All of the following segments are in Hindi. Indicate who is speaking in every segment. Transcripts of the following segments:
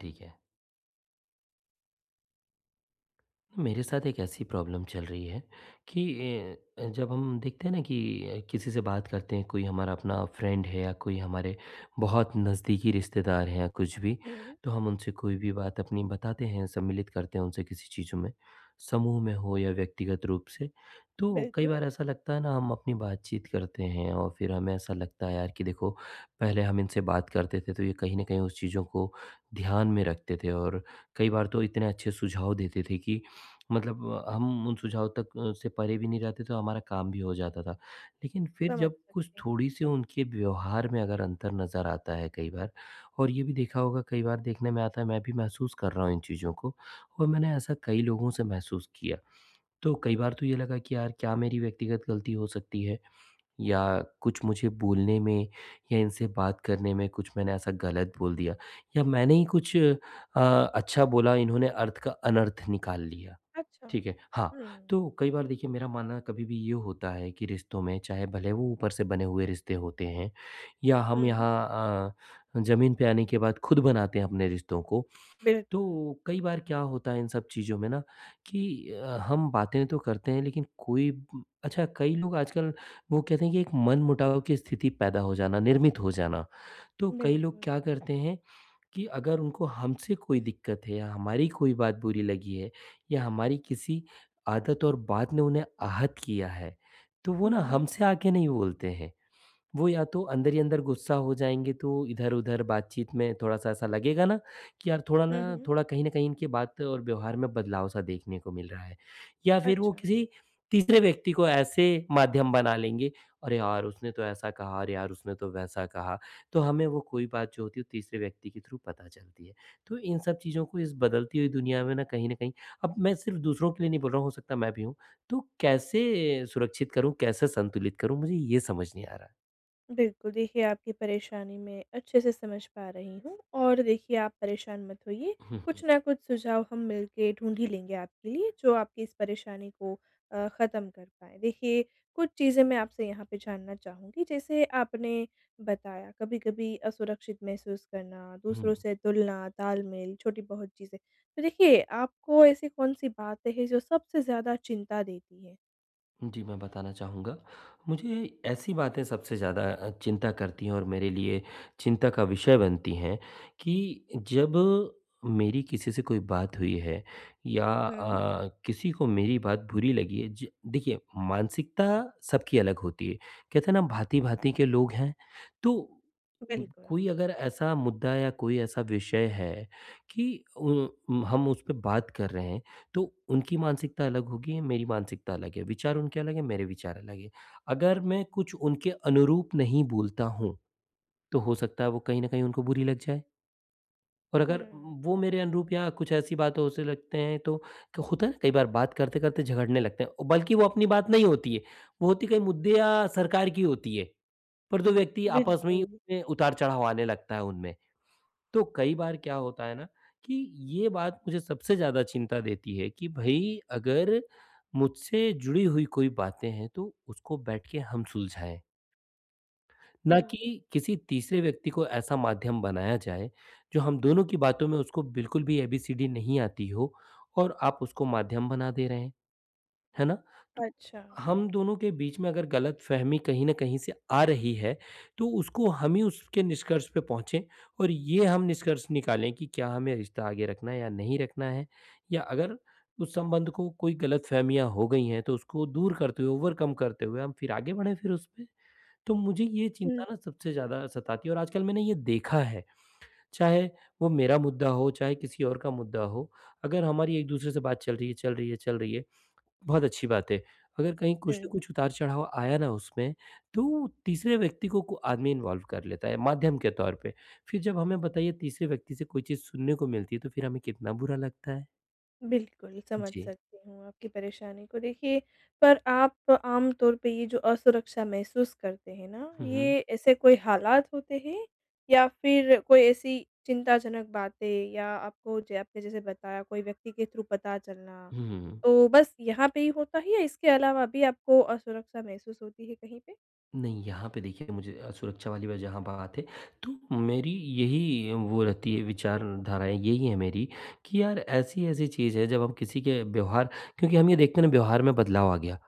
Speaker 1: ठीक है। मेरे साथ एक ऐसी प्रॉब्लम चल रही है कि जब हम देखते हैं ना कि किसी से बात करते हैं, कोई हमारा अपना फ्रेंड है या कोई हमारे बहुत नज़दीकी रिश्तेदार हैं या कुछ भी,
Speaker 2: हुँ,
Speaker 1: तो हम उनसे कोई भी बात अपनी बताते हैं, सम्मिलित करते हैं उनसे किसी चीज़ों में, समूह में हो या व्यक्तिगत रूप से। तो कई
Speaker 2: बिल्कुल,
Speaker 1: बार ऐसा लगता है ना, हम अपनी बातचीत करते हैं और फिर हमें ऐसा लगता है यार कि देखो, पहले हम इनसे बात करते थे तो ये कहीं ना कहीं उस चीज़ों को ध्यान में रखते थे और कई बार तो इतने अच्छे सुझाव देते थे कि मतलब हम उन सुझाव तक से परे भी नहीं जाते तो हमारा काम भी हो जाता था। लेकिन फिर
Speaker 2: समझ
Speaker 1: जब कुछ
Speaker 2: सकती हूँ।
Speaker 1: थोड़ी सी उनके व्यवहार में अगर अंतर नज़र आता है कई बार, और ये भी देखा होगा कई बार देखने में आता है, मैं भी महसूस कर रहा हूँ इन चीज़ों को, और मैंने ऐसा कई लोगों से महसूस किया। तो कई बार तो ये लगा कि यार, क्या मेरी व्यक्तिगत गलती हो सकती है, या कुछ मुझे बोलने में या इनसे बात करने में कुछ मैंने ऐसा गलत बोल दिया, या मैंने ही कुछ अच्छा बोला, इन्होंने अर्थ का अनर्थ निकाल लिया।
Speaker 2: अच्छा।
Speaker 1: ठीक है, हाँ।
Speaker 2: हुँ,
Speaker 1: तो कई बार देखिए, मेरा मानना कभी भी ये होता है कि रिश्तों में, चाहे भले वो ऊपर से बने हुए रिश्ते होते हैं या हम
Speaker 2: हुँ,
Speaker 1: यहाँ ज़मीन पे आने के बाद खुद बनाते हैं अपने रिश्तों को।
Speaker 2: बिल्कुल,
Speaker 1: तो कई बार क्या होता है इन सब चीज़ों में ना कि हम बातें तो करते हैं, लेकिन कोई अच्छा, कई लोग आजकल वो कहते हैं कि एक मन-मुटाव की स्थिति पैदा हो जाना, निर्मित हो जाना। तो कई लोग
Speaker 2: बिल्कुल।
Speaker 1: क्या करते हैं कि अगर उनको हमसे कोई दिक्कत है या हमारी कोई बात बुरी लगी है या हमारी किसी आदत और बात ने उन्हें आहत किया है, तो वो
Speaker 2: हुँ,
Speaker 1: ना
Speaker 2: हुँ,
Speaker 1: हमसे आके नहीं बोलते हैं। वो या तो अंदर ही अंदर गुस्सा हो जाएँगे, तो इधर-उधर बातचीत में थोड़ा-सा ऐसा लगेगा ना कि यार, थोड़ा ना
Speaker 2: हुँ, हुँ,
Speaker 1: थोड़ा कहीं न कहीं इनकी बात और व्यवहार में बदलाव सा देखने को मिल रहा है। या फिर वो
Speaker 2: अच्छा।
Speaker 1: किसी तीसरे व्यक्ति को ऐसे माध्यम बना लेंगे, अरे यार उसने तो ऐसा कहा, अरे यार उसने तो वैसा कहा। तो हमें वो कोई बात जो होती है वो तीसरे व्यक्ति के थ्रू पता चलती है। तो इन सब चीज़ों को इस बदलती हुई दुनिया में ना कहीं न कहीं, अब मैं सिर्फ़ दूसरों के लिए नहीं बोल रहा हूँ, हो सकता है मैं भी हूँ। तो कैसे सुरक्षित करूँ, कैसे संतुलित करूँ, मुझे ये समझ नहीं आ रहा है।
Speaker 2: बिल्कुल, देखिए आपकी परेशानी मैं अच्छे से समझ पा रही हूँ और देखिए आप परेशान मत होइए,
Speaker 1: हुँ, हुँ,
Speaker 2: कुछ ना कुछ सुझाव हम मिल के ढूँढ ही लेंगे आपके लिए, जो आपकी इस परेशानी को ख़त्म कर पाएँ। देखिए, कुछ चीज़ें मैं आपसे यहाँ पे जानना चाहूँगी, जैसे आपने बताया कभी-कभी असुरक्षित महसूस करना,
Speaker 1: हुँ।
Speaker 2: दूसरों से तुलना, तालमेल, छोटी-बहुत चीज़ें। तो देखिए, आपको ऐसी कौन-सी बात है जो सबसे ज़्यादा चिंता देती है?
Speaker 1: जी, मैं बताना चाहूँगा। मुझे ऐसी बातें सबसे ज़्यादा चिंता करती हैं और मेरे लिए चिंता का विषय बनती हैं कि जब मेरी किसी से कोई बात हुई है या
Speaker 2: हुँ।
Speaker 1: किसी को मेरी बात बुरी लगी है, ज देखिए, मानसिकता सबकी अलग होती है। कहते हैं ना, भाँति-भाँति के लोग हैं। तो
Speaker 2: बिल्कुल,
Speaker 1: कोई अगर ऐसा मुद्दा या कोई ऐसा विषय है कि उ हम उस पे बात कर रहे हैं, तो उनकी मानसिकता अलग होगी, मेरी मानसिकता अलग है, विचार उनके अलग हैं, मेरे विचार अलग हैं। अगर मैं कुछ उनके अनुरूप नहीं बोलता हूँ, तो हो सकता है वो कहीं न कहीं उनको बुरी लग जाए, और
Speaker 2: हुँ।
Speaker 1: अगर वो मेरे अनुरूप या कुछ ऐसी बात हो से लगते हैं तो क होता है ना, कई बार बात करते-करते झगड़ने लगते हैं, और बल्कि वो अपनी बात नहीं होती है, वो होती कहीं मुद्दे या सरकार की होती है, पर 2 व्यक्ति आपस में ही
Speaker 2: बिल्कुल,
Speaker 1: उसमें उतार-चढ़ाव आने लगता है उनमें। तो कई बार क्या होता है ना कि ये बात मुझे सबसे ज़्यादा चिंता देती है कि भई, अगर मुझसे जुड़ी हुई कोई बातें हैं तो उसको बैठ के हम सुलझाएँ, ना
Speaker 2: हुँ।
Speaker 1: कि किसी तीसरे व्यक्ति को ऐसा माध्यम बनाया जाए जो हम दोनों की बातों में उसको बिल्कुल भी एबीसीडी नहीं आती हो, और आप उसको माध्यम बना दे रहे हैं। है ना? तो
Speaker 2: अच्छा।
Speaker 1: हम दोनों के बीच में अगर गलतफ़हमी कहीं न कहीं से आ रही है, तो उसको हम ही उसके निष्कर्ष पे पहुँचे और ये हम निष्कर्ष निकालें कि क्या हमें रिश्ता आगे रखना है या नहीं रखना है? या अगर उस संबंध को कोई गलतफ़हमियाँ हो गई हैं, तो उसको दूर करते हुए, ओवरकम करते हुए हम फिर आगे बढ़ें फिर उसपे। तो मुझे ये
Speaker 2: हुँ,
Speaker 1: चिंता ना सबसे ज़्यादा सताती है, और आजकल मैंने ये देखा है, चाहे वो मेरा मुद्दा हो, चाहे किसी और का मुद्दा हो, अगर हमारी एक-दूसरे से बात चल रही है, चल रही है, चल रही है, बहुत अच्छी बात है। अगर कहीं कुछ न
Speaker 2: हुँ।
Speaker 1: कुछ उतार-चढ़ाव आया ना उसमें, तो तीसरे व्यक्ति को आदमी इन्वॉल्व कर लेता है माध्यम के तौर पे। फिर जब हमें बताइए तीसरे व्यक्ति से कोई चीज़ सुनने को मिलती है, तो फिर हमें कितना बुरा लगता है।
Speaker 2: बिल्कुल, समझ
Speaker 1: जी।
Speaker 2: सकती हूँ आपकी परेशानी को। देखिए, पर आप आम तौर पे ये जो असुरक्षा महसूस करते हैं ना,
Speaker 1: हुँ, हुँ।
Speaker 2: ये ऐसे कोई हालात होते हैं या फिर कोई ऐसी चिंताजनक बातें या आपको ज आपने जैसे बताया कोई व्यक्ति के थ्रू पता चलना,
Speaker 1: हुँ।
Speaker 2: तो बस यहाँ पे ही होता है या इसके अलावा भी आपको असुरक्षा महसूस होती है कहीं पे?
Speaker 1: नहीं, यहाँ पे देखिए मुझे सुरक्षा वाली ब जहाँ बात है, तो मेरी यही वो रहती है, विचारधाराएँ यही है मेरी, कि यार ऐसी-ऐसी चीज़ है जब हम किसी के व्यवहार, क्योंकि हम ये देखते हैं ना, व्यवहार में बदलाव आ गया।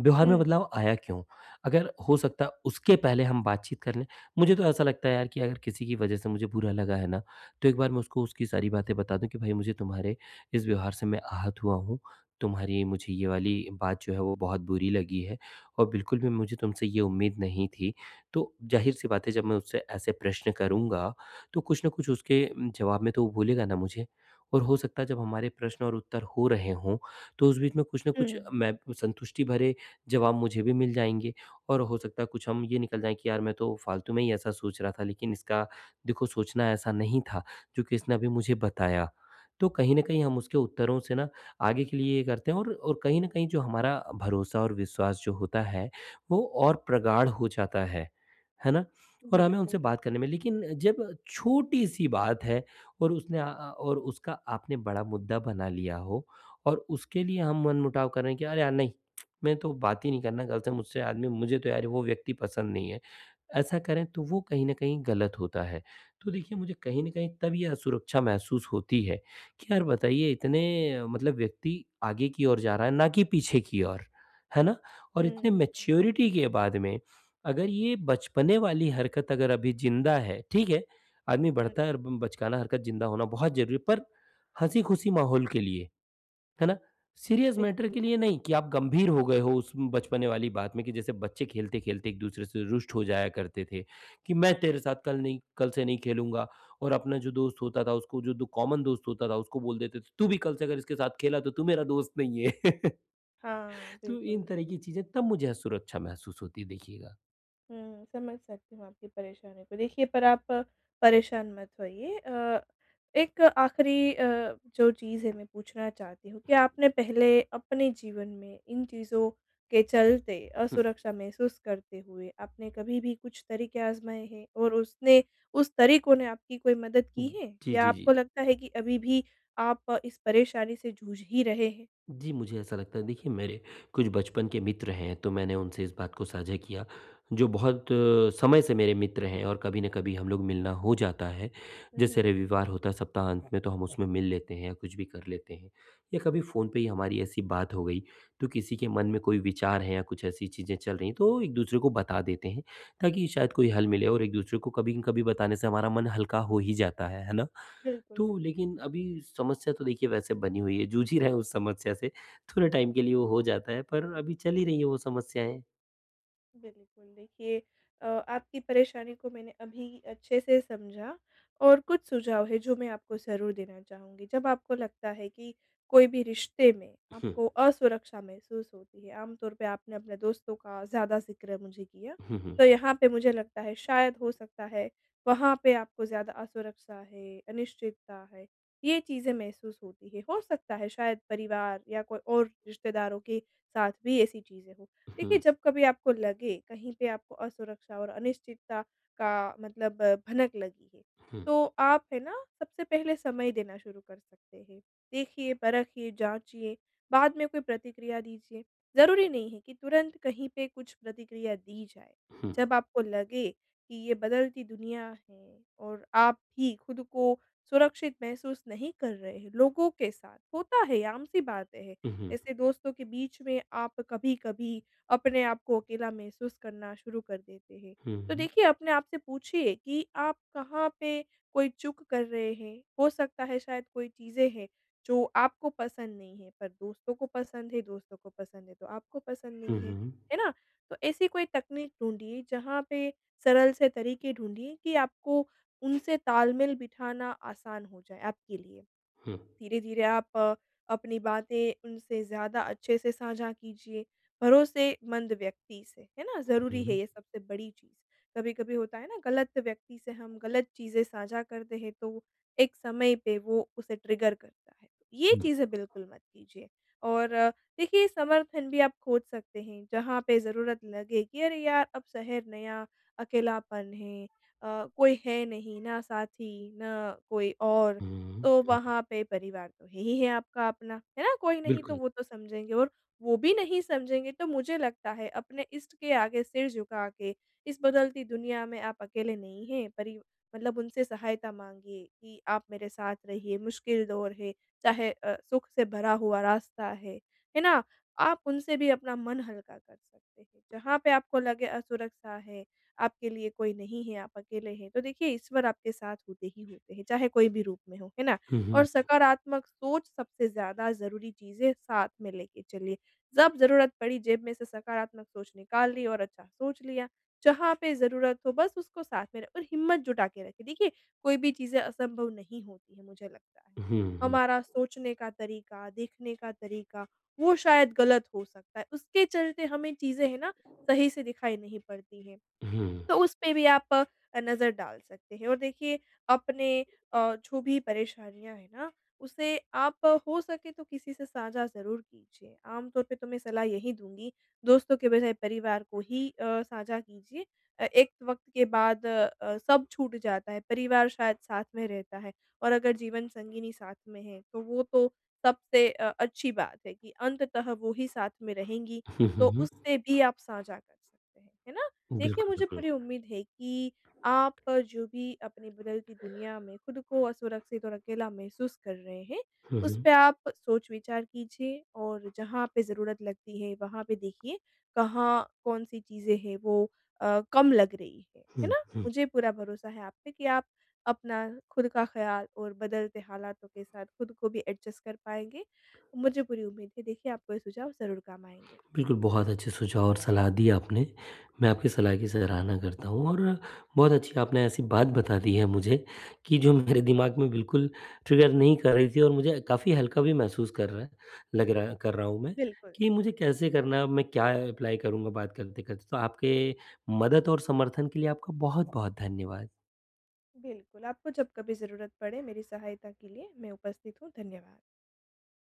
Speaker 1: व्यवहार में
Speaker 2: हुँ,
Speaker 1: बदलाव आया क्यों? अगर हो सकता उसके पहले हम बातचीत कर लें। मुझे तो ऐसा लगता है यार कि अगर किसी की वजह से मुझे बुरा लगा है ना, तो एक बार मैं उसको उसकी सारी बातें बता दूँ कि भाई, मुझे तुम्हारे इस व्यवहार से मैं आहत हुआ हूँ। तुम्हारी मुझे ये वाली बात जो है वो बहुत बुरी लगी है, और बिल्कुल भी मुझे तुमसे ये उम्मीद नहीं थी। तो ज़ाहिर-सी बात है जब मैं उससे ऐसे प्रश्न करूँगा, तो कुछ ना कुछ उसके जवाब में तो वो बोलेगा ना मुझे, और हो सकता है जब हमारे प्रश्न और उत्तर हो रहे हों, तो उस बीच में कुछ ना कुछ
Speaker 2: हुँ,
Speaker 1: मैं संतुष्टि भरे जवाब मुझे भी मिल जाएँगे, और हो सकता है कुछ हम ये निकल जाएँ कि यार, मैं तो फालतू में ही ऐसा सोच रहा था, लेकिन इसका देखो सोचना ऐसा नहीं था, जो कि इसने अभी मुझे बताया। तो कहीं न कहीं हम उसके उत्तरों से ना आगे के लिए ये करते हैं, और कहीं न कहीं जो हमारा भरोसा और विश्वास जो होता है, वो और प्रगाढ़ हो जाता है ना? और हमें
Speaker 2: बिल्कुल।
Speaker 1: उनसे बात करने में, लेकिन जब छोटी-सी बात है और उसने और उसका आपने बड़ा मुद्दा बना लिया हो और उसके लिए हम मनमुटाव कर रहे हैं कि अरे यार नहीं, मैं तो बात ही नहीं करना कल से, मुझसे आदमी, मुझे तो यार वो व्यक्ति पसंद नहीं है। ऐसा करें तो वो कहीं न कहीं गलत होता है। तो देखिए, मुझे कहीं न कहीं तब ये असुरक्षा महसूस होती है कि यार बताइए, इतने मतलब व्यक्ति आगे की ओर जा रहा है ना कि पीछे की ओर, है ना? और इतने
Speaker 2: हुँ, हुँ,
Speaker 1: मैच्योरिटी के बाद में अगर ये बचपने वाली हरकत अगर अभी ज़िंदा है, ठीक है? आदमी
Speaker 2: हुँ,
Speaker 1: बढ़ता है और ब बचकाना हरकत ज़िंदा होना बहुत ज़रूरी है, पर हँसी-खुशी माहौल के लिए। है ना? सीरियस मैटर
Speaker 2: बिल्कुल।
Speaker 1: के लिए नहीं कि आप गंभीर हो गए हो उस बचपने वाली बात में, कि जैसे बच्चे खेलते-खेलते एक-दूसरे से रुष्ट हो जाया करते थे कि मैं तेरे साथ कल से नहीं खेलूँगा, और अपना जो दोस्त होता था उसको, जो दो कॉमन दोस्त होता था उसको बोल देते थे, "तू भी कल से अगर इसके साथ खेला तो तू मेरा दोस्त नहीं है।"
Speaker 2: हाँ,
Speaker 1: तो इन
Speaker 2: बिल्कुल।
Speaker 1: तरह की चीज़ें तब मुझे असुरक्षा महसूस होती है देखिएगा।
Speaker 2: हुँ, समझ सकती हूँ आपकी परेशानी को। देखिए, पर आप परेशान मत होइए। एक आखिरी जो चीज़ है मैं पूछना चाहती हूँ कि आपने पहले अपने जीवन में इन चीज़ों के चलते
Speaker 1: हुँ।
Speaker 2: असुरक्षा महसूस करते हुए आपने कभी भी कुछ तरीके आज़माए हैं और उसने उस तरीकों ने आपकी कोई मदद की है?
Speaker 1: जी,
Speaker 2: या
Speaker 1: जी, जी।
Speaker 2: आपको लगता है कि अभी भी आप इस परेशानी से जूझ ही रहे हैं?
Speaker 1: जी, मुझे ऐसा लगता है, देखिए मेरे कुछ बचपन के मित्र हैं तो मैंने उनसे इस बात को साझा किया, जो बहुत समय से मेरे मित्र हैं और कभी न कभी हम लोग मिलना हो जाता है।
Speaker 2: हुँ,
Speaker 1: जैसे
Speaker 2: हुँ।
Speaker 1: रविवार होता है, सप्ताहांत में तो हम उसमें मिल लेते हैं या कुछ भी कर लेते हैं, या कभी फ़ोन पे ही हमारी ऐसी बात हो गई, तो किसी के मन में कोई विचार है या कुछ ऐसी चीज़ें चल रही हैं तो एक-दूसरे को बता देते हैं ताकि शायद कोई हल मिले, और एक-दूसरे को कभी न कभी बताने से हमारा मन हल्का हो ही जाता है ना?
Speaker 2: बिल्कुल,
Speaker 1: तो
Speaker 2: बिल्कुल।
Speaker 1: लेकिन अभी समस्या तो देखिए वैसे बनी हुई है, जूझ ही रहे हैं उस समस्या से। थोड़े टाइम के लिए वो हो जाता है, पर अभी चल ही रही है वो समस्याएँ।
Speaker 2: बिल्कुल, देखिए आपकी परेशानी को मैंने अभी अच्छे से समझा और कुछ सुझाव है जो मैं आपको ज़रूर देना चाहूँगी। जब आपको लगता है कि कोई भी रिश्ते में
Speaker 1: हुँ,
Speaker 2: आपको असुरक्षा महसूस होती है, आम तौर पे आपने अपने दोस्तों का ज़्यादा ज़िक्र मुझे किया,
Speaker 1: हुँ, हुँ,
Speaker 2: तो यहाँ पे मुझे लगता है शायद हो सकता है वहाँ पे आपको ज़्यादा असुरक्षा है, अनिश्चितता है, ये चीज़ें महसूस होती है। हो सकता है शायद परिवार या कोई और रिश्तेदारों के साथ भी ऐसी चीज़ें हों। देखिए, जब कभी आपको लगे कहीं पे आपको असुरक्षा और अनिश्चितता का मतलब भनक लगी है,
Speaker 1: हुँ,
Speaker 2: तो आप है ना सबसे पहले समय देना शुरू कर सकते हैं। देखिए, परखिए, जाँचिए, बाद में कोई प्रतिक्रिया दीजिए। ज़रूरी नहीं है कि तुरंत कहीं पे कुछ प्रतिक्रिया दी जाए।
Speaker 1: हुँ,
Speaker 2: जब आपको लगे कि ये बदलती दुनिया है और आप भी खुद को सुरक्षित महसूस नहीं कर रहे हैं, लोगों के साथ होता है, आम-सी बातें हैं।
Speaker 1: हुँ, हुँ, हुँ,
Speaker 2: जैसे दोस्तों के बीच में आप कभी-कभी अपने आप को अकेला महसूस करना शुरू कर देते हैं।
Speaker 1: हुँ,
Speaker 2: तो
Speaker 1: हुँ,
Speaker 2: देखिए अपने आप से पूछिए कि आप कहाँ पे कोई चूक कर रहे हैं। हो सकता है शायद कोई चीज़ें हैं जो आपको पसंद नहीं है पर दोस्तों को पसंद है, दोस्तों को पसंद है तो आपको पसंद नहीं है।
Speaker 1: हुँ,
Speaker 2: है ना? तो ऐसी कोई तकनीक ढूँढिए जहाँ पे सरल से तरीके ढूँढिए कि आपको उनसे तालमेल बिठाना आसान हो जाए आपके लिए।
Speaker 1: हुँ,
Speaker 2: धीरे-धीरे आप अपनी बातें उनसे ज़्यादा अच्छे से साझा कीजिए, भरोसेमंद व्यक्ति से, है ना? ज़रूरी है ये सबसे बड़ी चीज़। कभी-कभी होता है ना गलत व्यक्ति से हम गलत चीज़ें साझा करते हैं तो एक समय पे वो उसे ट्रिगर करता है। ये
Speaker 1: हुँ,
Speaker 2: चीज़ें बिल्कुल मत कीजिए और देखिए समर्थन भी आप खोज सकते हैं, जहाँ पे ज़रूरत लगे कि अरे यार! अब शहर नया, अकेलापन है कोई है नहीं, ना साथी, ना कोई और
Speaker 1: हुँ,
Speaker 2: तो
Speaker 1: हुँ,
Speaker 2: वहाँ पे परिवार तो है ही है आपका अपना, है ना? कोई नहीं तो
Speaker 1: बिल्कुल।
Speaker 2: वो तो समझेंगे और वो भी नहीं समझेंगे तो मुझे लगता है अपने इष्ट के आगे सिर झुका के, इस बदलती दुनिया में आप अकेले नहीं हैं, परि मतलब उनसे सहायता माँगिए कि आप मेरे साथ रहिए, मुश्किल दौर है, चाहे सुख से भरा हुआ रास्ता है ना? आप उनसे भी अपना मन हल्का कर सकते हैं। जहाँ पे आपको लगे असुरक्षा है आपके लिए कोई नहीं है, आप अकेले हैं। तो देखिए ईश्वर आपके साथ होते ही होते हैं, चाहे कोई भी रूप में हो, है ना?
Speaker 1: हुँ,
Speaker 2: और
Speaker 1: हुँ,
Speaker 2: सकारात्मक सोच सबसे ज़्यादा ज़रूरी चीज़ है, साथ में लेके चलिए। जब ज़रूरत पड़ी जेब में से सकारात्मक सोच निकाल ली और अच्छा सोच लिया। जहाँ पे ज़रूरत हो बस उसको साथ में र और हिम्मत जुटा के रखें। देखिए कोई भी चीज़ें असंभव नहीं होती हैं मुझे लगता है।
Speaker 1: हुँ, हुँ,
Speaker 2: हमारा सोचने का तरीका, देखने का तरीका वो शायद गलत हो सकता है। उसके चलते हमें चीज़ें है ना सही से दिखाई नहीं पड़ती हैं।
Speaker 1: हुँ,
Speaker 2: तो उसपे भी आप नज़र डाल सकते हैं और देखिए अपने जो भी परेशानियाँ हैं ना, उसे आप हो सके तो किसी से साझा ज़रूर कीजिए। आम तौर पे तो मैं सलाह यही दूँगी, दोस्तों के बजाय परिवार को ही साझा कीजिए। एक वक़्त के बाद सब छूट जाता है, परिवार शायद साथ में रहता है और अगर जीवन संगिनी साथ में है, तो वो तो सबसे अच्छी बात है कि अंततः वो ही साथ में रहेंगी,
Speaker 1: हुँ,
Speaker 2: तो
Speaker 1: हुँ,
Speaker 2: उससे भी आप साझा कर सकते हैं। है ना? देखिए,
Speaker 1: बिल्कुल,
Speaker 2: मुझे
Speaker 1: बिल्कुल।
Speaker 2: पूरी उम्मीद है कि आप जो भी अपनी बदलती दुनिया में खुद को असुरक्षित और अकेला महसूस कर रहे हैं,
Speaker 1: हुँ,
Speaker 2: उस
Speaker 1: हुँ,
Speaker 2: पे आप सोच-विचार कीजिए और जहाँ पे ज़रूरत लगती है, वहाँ पे देखिए, कहाँ कौन-सी चीज़ें हैं वो कम लग रही है
Speaker 1: हुँ,
Speaker 2: ना?
Speaker 1: हुँ।
Speaker 2: मुझे पूरा भरोसा है आप पे कि आप अपना खुद का ख़्याल और बदलते हालातों के साथ खुद को भी एडजस्ट कर पाएँगे। मुझे पूरी उम्मीद है देखिए आपको ये सुझाव ज़रूर काम आएँगे।
Speaker 1: बिल्कुल, बहुत अच्छे सुझाव और सलाह दी आपने। मैं आपकी सलाह की सराहना करता हूँ, और बहुत अच्छी आपने ऐसी बात बता दी है मुझे कि जो मेरे दिमाग में बिल्कुल ट्रिगर नहीं कर रही थी, और मुझे काफ़ी हल्का भी महसूस कर रहा है, लग रहा कर रहा हूँ मैं
Speaker 2: बिल्कुल।
Speaker 1: कि मुझे कैसे करना है, अब मैं क्या अप्लाई करूँगा बात करते-करते। तो आपके मदद और समर्थन के लिए आपका बहुत-बहुत धन्यवाद।
Speaker 2: बिल्कुल, आपको जब कभी ज़रूरत पड़े मेरी सहायता के लिए मैं उपस्थित हूँ, धन्यवाद।